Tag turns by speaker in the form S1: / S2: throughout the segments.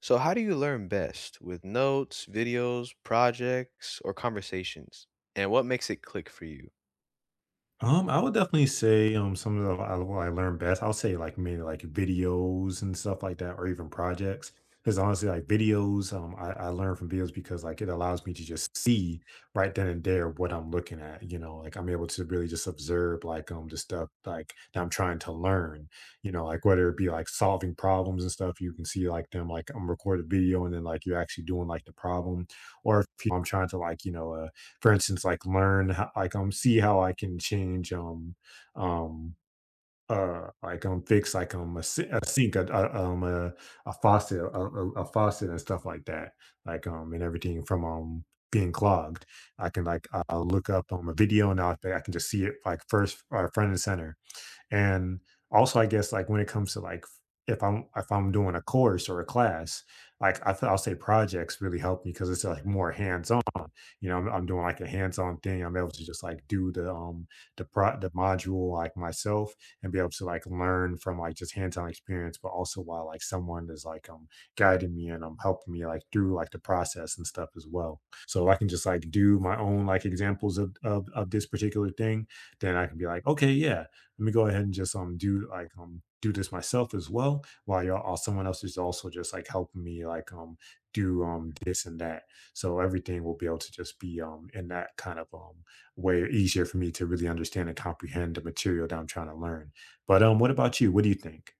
S1: So, how do you learn best with notes, videos, projects, or conversations? And what makes it click for you?
S2: I would definitely say, some of the I what I learned best, I'll say like maybe like videos and stuff like that, or even projects. Because honestly, like videos, I learn from videos because like it allows me to just see right then and there what I'm looking at, you know, like I'm able to really just observe like the stuff like that I'm trying to learn, you know, like whether it be like solving problems and stuff, you can see like them like I'm recorded video and then like you're actually doing like the problem, or if I'm trying to like, you know, for instance, like learn how, like see how I can change um fix like a sink a faucet and stuff like that like and everything from being clogged. I can like I'll look up a video and I can just see it like first front and center. And also I guess like when it comes to like if I'm doing a course or a class, like I'll say projects really help me because it's like more hands on, you know, I'm doing like a hands-on thing. I'm able to just like do the pro the module like myself and be able to like learn from like just hands-on experience, but also while like someone is like guiding me and helping me like through like the process and stuff as well. So I can just like do my own like examples of this particular thing. Then I can be like, okay, yeah, let me go ahead and just do like do this myself as well while y'all someone else is also just like helping me like do this and that so everything will be able to just be in that kind of way easier for me to really understand and comprehend the material that I'm trying to learn. But what about you? What do you think?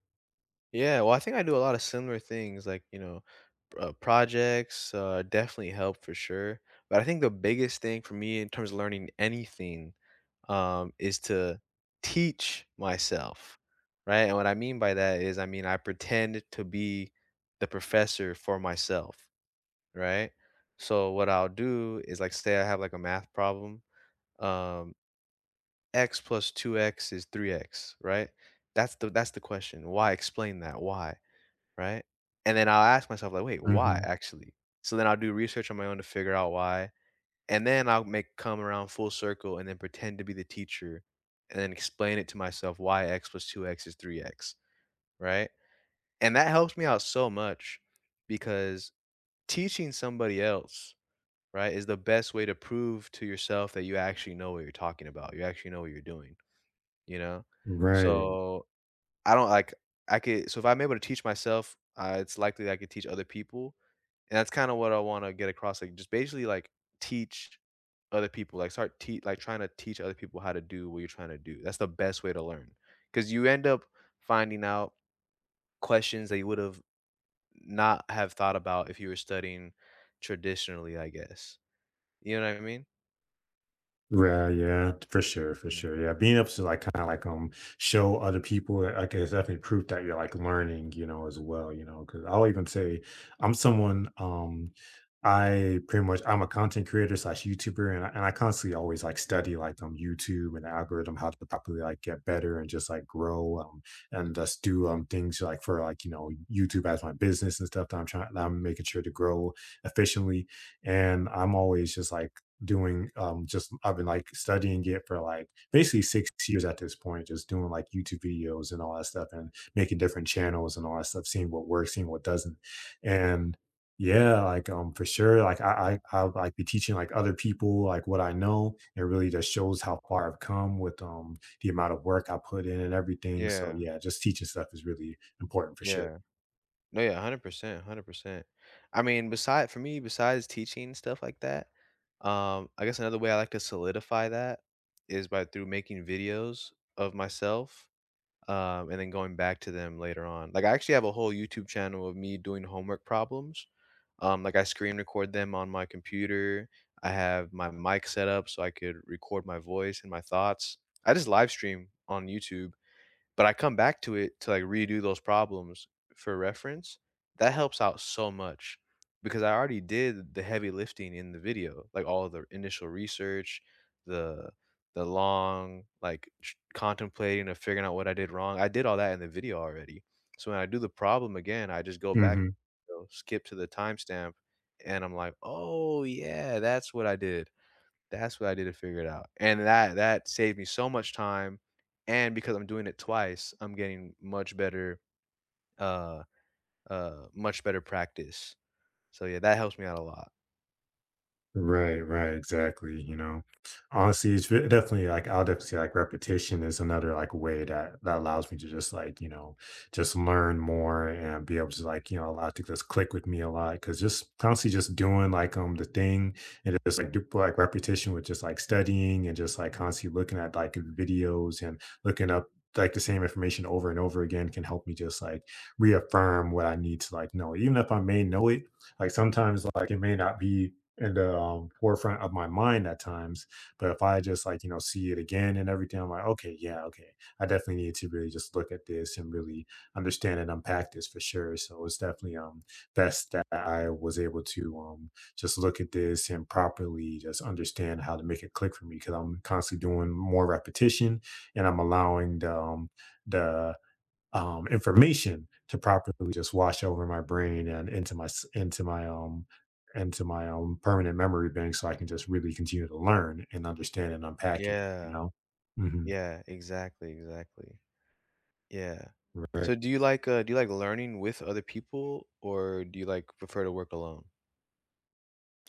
S1: Yeah, well, I think I do a lot of similar things like, you know, projects definitely help for sure. But I think the biggest thing for me in terms of learning anything is to teach myself, right? And what I mean by that is, I mean, I pretend to be the professor for myself, right? So, what I'll do is, like, say I have like a math problem um, x plus 2x is 3x, right? That's the question. Why? Explain that. Why? Right? And then I'll ask myself like, wait, why
S2: hmm
S1: actually? So then I'll do research on my own to figure out why. And then I'll make come around full circle and then pretend to be the teacher and then explain it to myself why x plus 2x is 3x, right? And that helps me out so much because teaching somebody else, right, is the best way to prove to yourself that you actually know what you're talking about. You actually know what you're doing. You know?
S2: Right.
S1: So, I don't like I could so if I'm able to teach myself, it's likely that I could teach other people, and that's kinda what I wanna get across, like, just basically, like, teach other people, like, trying to teach other people how to do what you're trying to do. That's the best way to learn, because you end up finding out questions that you would've not have thought about if you were studying traditionally, I guess. You know what I mean?
S2: Right, yeah, for sure, for
S1: Mm.
S2: sure. Yeah, being able to like kind of like show other people that, like it's definitely proof that you're like learning, you know, as well, you know, because I'll even say I'm someone I pretty much I'm a content creator slash YouTuber and I constantly always like study like YouTube and algorithm how to properly like get better and just like grow and just do things like for like, you know, YouTube as my business and stuff that I'm trying that I'm making sure to grow efficiently, and I'm always just like doing just I've been like studying it for like basically 6 years at this point, just doing like YouTube videos and all that stuff and making different channels and all that stuff, seeing what works, seeing what doesn't. And yeah, like for sure, like I'll like be teaching like other people like what I know. It really just shows how far I've come with the amount of work I put in and everything. So
S1: Yeah.
S2: yeah, just teaching stuff is really important for sure.
S1: Yeah. No, yeah, 100%, 100%. I mean, besides teaching and stuff like that, I guess another way I like to solidify that is by through making videos of myself, and then going back to them later on. Like I actually have a whole YouTube channel of me doing homework problems. Like I screen record them on my computer. I have my mic set up so I could record my voice and my thoughts. I just live stream on YouTube but I come back to it to like redo those problems for reference. That helps out so much because I already did the heavy lifting in the video, like all the initial research, the the long contemplating of figuring out what I did wrong. I did all that in the video already. So when I do the problem again, I just go back,
S2: Mhm.
S1: you know, skip to the timestamp, and I'm like, oh yeah, that's what I did to figure it out, and that saved me so much time, and because I'm doing it twice, I'm getting uh, much better practice. So yeah, that helps me out a lot.
S2: Right, right, exactly, you know. Honestly, it's ve definitely, like, I'll definitely say, like, repetition is another, like, way that allows me to just, like, you know, just learn more and be able to, like, you know, allow lot to just click with me a lot because just constantly just doing, like, the thing and just, like, do like, repetition with just, like, studying and just, like, constantly looking at, like, videos and looking up, like, the same information over and over again can help me just, like, reaffirm what I need to, like, know. Even if I may know it, like, sometimes, like, it may not be in the forefront of my mind at times. But if I just like, you know, see it again and everything, I'm like, okay, yeah, okay. I definitely need to really just look at this and really understand and unpack this for sure. So it's definitely best that I was able to just look at this and properly just understand how to make it click for me because I'm constantly doing more repetition, and I'm allowing the the information to properly just wash over my brain and into my permanent memory bank so I can just really continue to learn and understand and unpack it, you
S1: Yeah.
S2: know? hmm
S1: Yeah, exactly, exactly. Yeah.
S2: Right.
S1: So do you like learning with other people, or do you, like, prefer to work alone?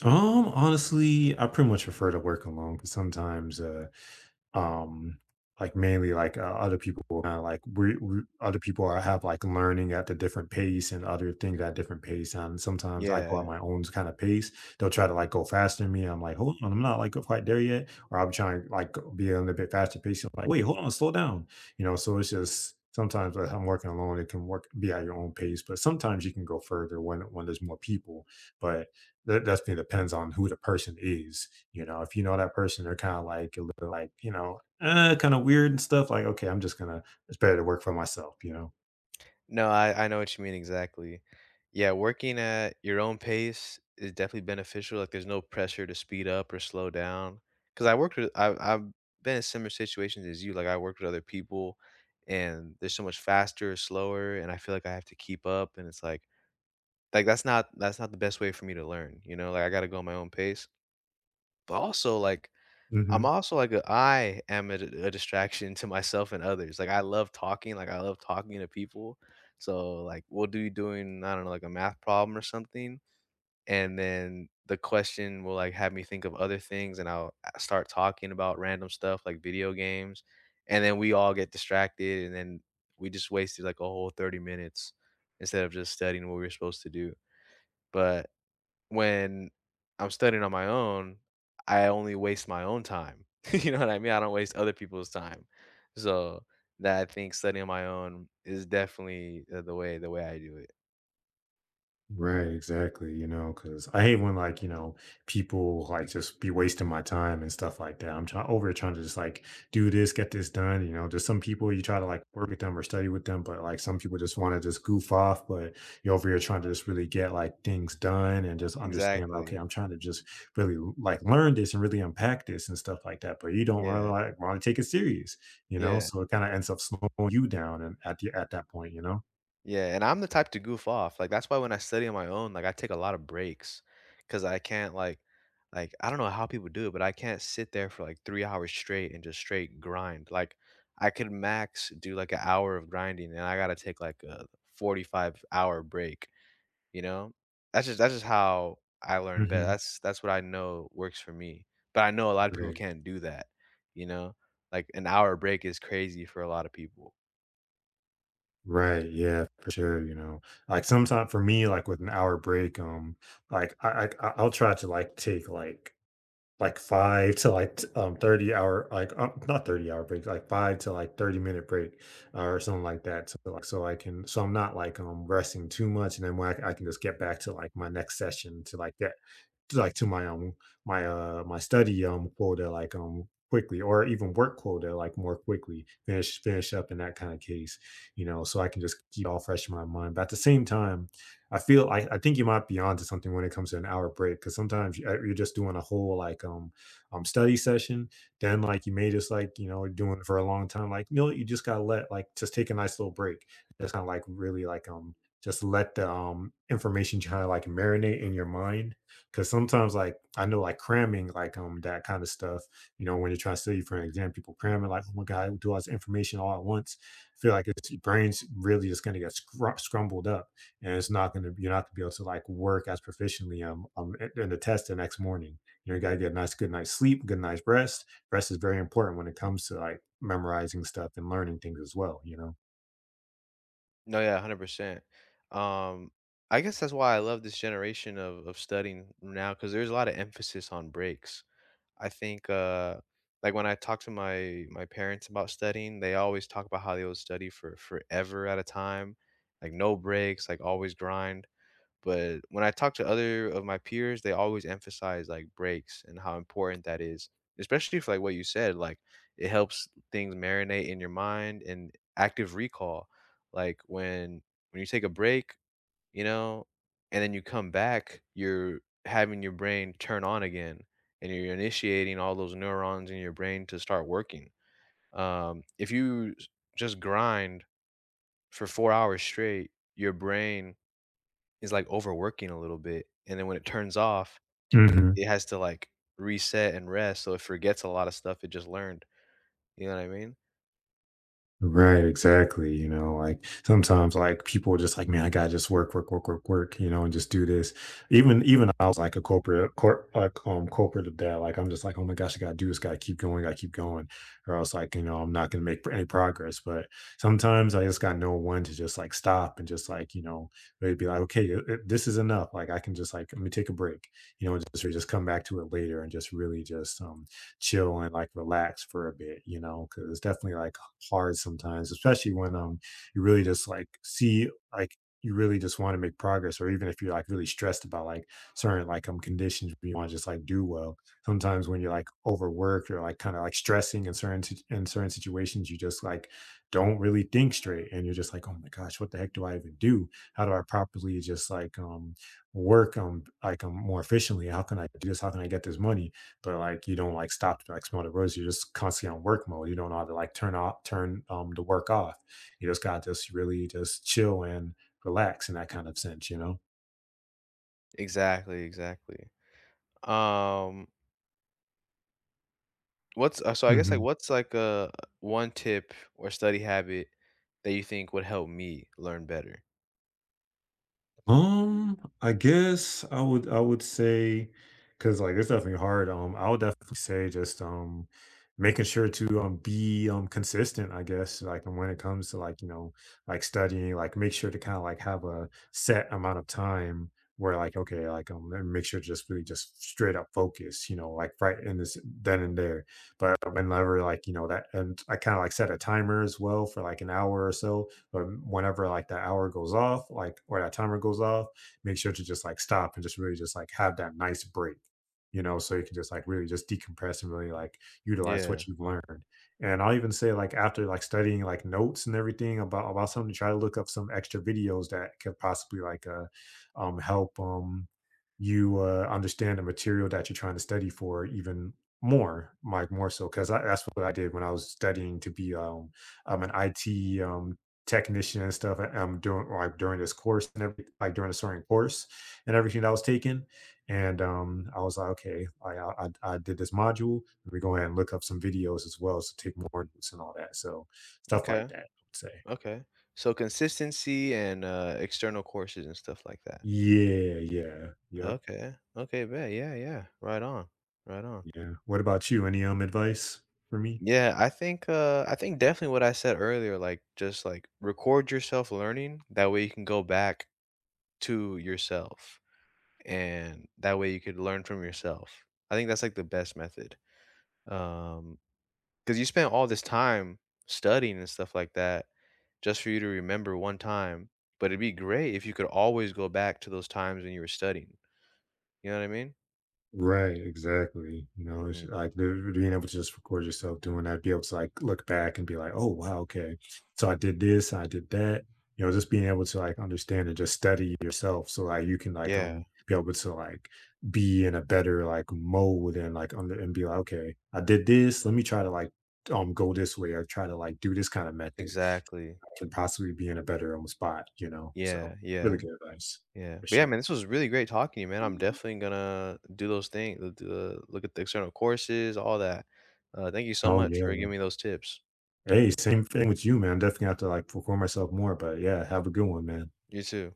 S2: Honestly, I pretty much prefer to work alone because sometimes Um, like, mainly, like, other people kinda, like, we other people are have, like, learning at the different pace and other things at different pace, and sometimes I go at
S1: Yeah.
S2: my own kind of pace. They'll try to, like, go faster than me, I'm like, "Hold on, I'm not, like, quite there yet," or I am trying to, like, be a little bit faster pace, I'm like, "Wait, hold on, slow down," you know? So it's just sometimes if I'm working alone, it can work be at your own pace, but sometimes you can go further when there's more people, but that definitely depends on who the person is. You know, if you know that person, they're kind of like a little like, you know, kind of weird and stuff. Like, okay, I'm just gonna, it's better to work for myself, you know?
S1: No, I know what you mean exactly. Yeah, working at your own pace is definitely beneficial, like, there's no pressure to speed up or slow down. Because I worked with I I've been in similar situations as you, like, I worked with other people, and they're so much faster or slower, and I feel like I have to keep up, and it's like, that's not the best way for me to learn, you know, like, I gotta go at my own pace, but also, like
S2: hmm
S1: I am a distraction to myself and others, like, I love talking, like, I love talking to people, so, like, we'll do doing, I don't know, like, a math problem or something, and then the question will, like, have me think of other things, and I'll a start talking about random stuff like video games, and then we all get distracted, and then we just wasted, like, a whole 30 minutes instead of just studying what we were supposed to do, but when I'm studying on my own, I only waste my own time. You know what I mean? I don't waste other people's time. So, that I think studying on my own is definitely, the way I do it.
S2: Right, exactly. You know, because I hate when like you know people like just be wasting my time and stuff like that. I'm trying over here trying to just like do this, get this done. You know, there's some people you try to like work with them or study with them, but like some people just want to just goof off. But you're over here trying to just really get like things done and just understand. Like, okay,
S1: Exactly.
S2: I'm trying to just really like learn this and really unpack this and stuff like that. But you don't really
S1: Yeah.
S2: like want to take it serious. You know,
S1: Yeah.
S2: so it kind of ends up slowing you down and at the at that point. You know.
S1: Yeah, and I'm the type to goof off, like, that's why when I study on my own, like, I take a lot of breaks, cause I can't, like, I don't know how people do it, but I can't sit there for, like, 3 hours straight and just straight grind, like, I could max do, like, an hour of grinding, and I gotta take, like, a 45-hour break, you know? That's just how I learn better.
S2: hmm
S1: That's what I know works for me, but I know a lot of people
S2: Right.
S1: can't do that, you know? Like, an hour break is crazy for a lot of people.
S2: Right. Yeah, for sure. You know, like sometimes for me, like with an hour break, like I'll try to like take like five to like 30-hour like not 30-hour break, like five to like 30-minute break, or something like that, so like so I can so I'm not like resting too much, and then I can just get back to like my next session to like get like to my my study quota like quickly, or even work quota like more quickly finish up in that kind of case, you know, so I can just keep all fresh in my mind, but at the same time I think you might be onto something when it comes to an hour break because sometimes you're just doing a whole like study session, then like you may just like you know doing it for a long time like you know you just gotta let like just take a nice little break, just kind of like really like just let the information kind of like marinate in your mind, because sometimes, like, I know, like, cramming, like, that kind of stuff, you know, when you're trying to study for an exam, people cramming, like, oh my God, do all this information all at once. Feel like it's, your brain's really just going to get scrambled up, and it's not going to, you're not going to be able to, like, work as proficiently in the test the next morning. You know, you got to get a nice, good night's sleep, good night's rest. Rest is very important when it comes to, like, memorizing stuff and learning things as well, you know?
S1: No, yeah, 100%. Um, I guess that's why I love this generation of studying now, because there's a lot of emphasis on breaks. I think, like, when I talk to my parents about studying, they always talk about how they would study for forever at a time, like, no breaks, like, always grind. But when I talk to other of my peers, they always emphasize like breaks and how important that is, especially for like what you said, like it helps things marinate in your mind and active recall. Like when you take a break, you know, and then you come back, you're having your brain turn on again and you're initiating all those neurons in your brain to start working. If you s- Just grind for 4 hours straight, your brain is, like, overworking a little bit, and then when it turns off,
S2: Mhm.
S1: it has to, like, reset and rest, so it forgets a lot of stuff it just learned, you know what I mean?
S2: Right, exactly. You know, like sometimes like people are just like, man, I gotta just work, work, work, work, work, you know, and just do this. Even I was like a corporate of that. Like I'm just like, oh my gosh, I gotta do this, gotta keep going, gotta keep going. Or else like, you know, I'm not gonna make any progress. But sometimes I just got no one to just like stop and just like, you know, they'd be like, okay, this is enough. Like I can just like let me take a break, you know, and just or just come back to it later and just really just chill and like relax for a bit, you know, because it's definitely like hard sometimes, especially when you really just like see like you really just want to make progress, or even if you're like really stressed about like certain like conditions, where you want to just like do well. Sometimes when you're like overworked or like kind of like stressing in in certain situations, you just like don't really think straight, and you're just like, oh my gosh, what the heck do I even do? How do I properly just like work like more efficiently? How can I do this? How can I get this money? But like you don't like stop to like smell the roses. You're just constantly on work mode. You don't know how to like turn off, turn the work off. You just got to just really just chill and relax in that kind of sense, you know.
S1: Exactly, exactly. Um, what's so I guess, like,
S2: Mhm.
S1: what's, like, a one tip or study habit that you think would help me learn better?
S2: I guess I would say because like it's definitely hard. I would definitely say just making sure to be consistent, I guess, like and when it comes to like, you know, like studying, like make sure to kind of like have a set amount of time where like okay, like and make sure to just really just straight up focus, you know, like right in this then and there. But whenever like, you know, that and I kind of like set a timer as well for like an hour or so but whenever like that hour goes off, like or that timer goes off, make sure to just like stop and just really just like have that nice break, you know, so you can just like really just decompress and really like utilize
S1: Yeah.
S2: what you've learned. And I'll even say like after like studying like notes and everything about something, try to look up some extra videos that could possibly like help you understand the material that you're trying to study for even more, like more so, because that's what I did when I was studying to be an IT technician and stuff I'm doing like during this course and every like during the swimming course and everything that I was taking. And I was like, okay, like, I did this module. Let me go ahead and look up some videos as well to take more notes and all that. So stuff like
S1: Okay.
S2: that, I would say.
S1: Okay. So consistency and, external courses and stuff like that.
S2: Yeah, yeah, yep,
S1: Okay. Okay, bet. Yeah, yeah. Right on. Right on.
S2: yeah. What about you? Any advice for me?
S1: Yeah, I think definitely what I said earlier, like, just, like, record yourself learning, that way you can go back to yourself, and that way you could learn from yourself. I think that's, like, the best method. Um, because you spent all this time studying and stuff like that just for you to remember one time. But it'd be great if you could always go back to those times when you were studying. You know what I mean?
S2: Right, exactly. You know,
S1: Mhm.
S2: being able to just record yourself doing that, be able to like look back and be like, oh wow, okay. So I did this, I did that. You know, just being able to like understand and just study yourself so like you can like
S1: Yeah,
S2: be able to like be in a better like mode and like under and be like, okay, I did this. Let me try to like go this way or try to like do this kind of method.
S1: exactly.
S2: I can possibly be in a better spot, you know. So
S1: Yeah,
S2: really
S1: yeah,
S2: good advice
S1: yeah.
S2: for
S1: But yeah, man,
S2: sure.
S1: this was really great talking to you, man. I'm definitely gonna do those things, look at the external courses, all that. Thank you so
S2: Oh
S1: much
S2: yeah.
S1: for giving me those tips.
S2: Hey, same thing with you, man. Definitely have to like perform myself more, but yeah, have a good one, man.
S1: You too.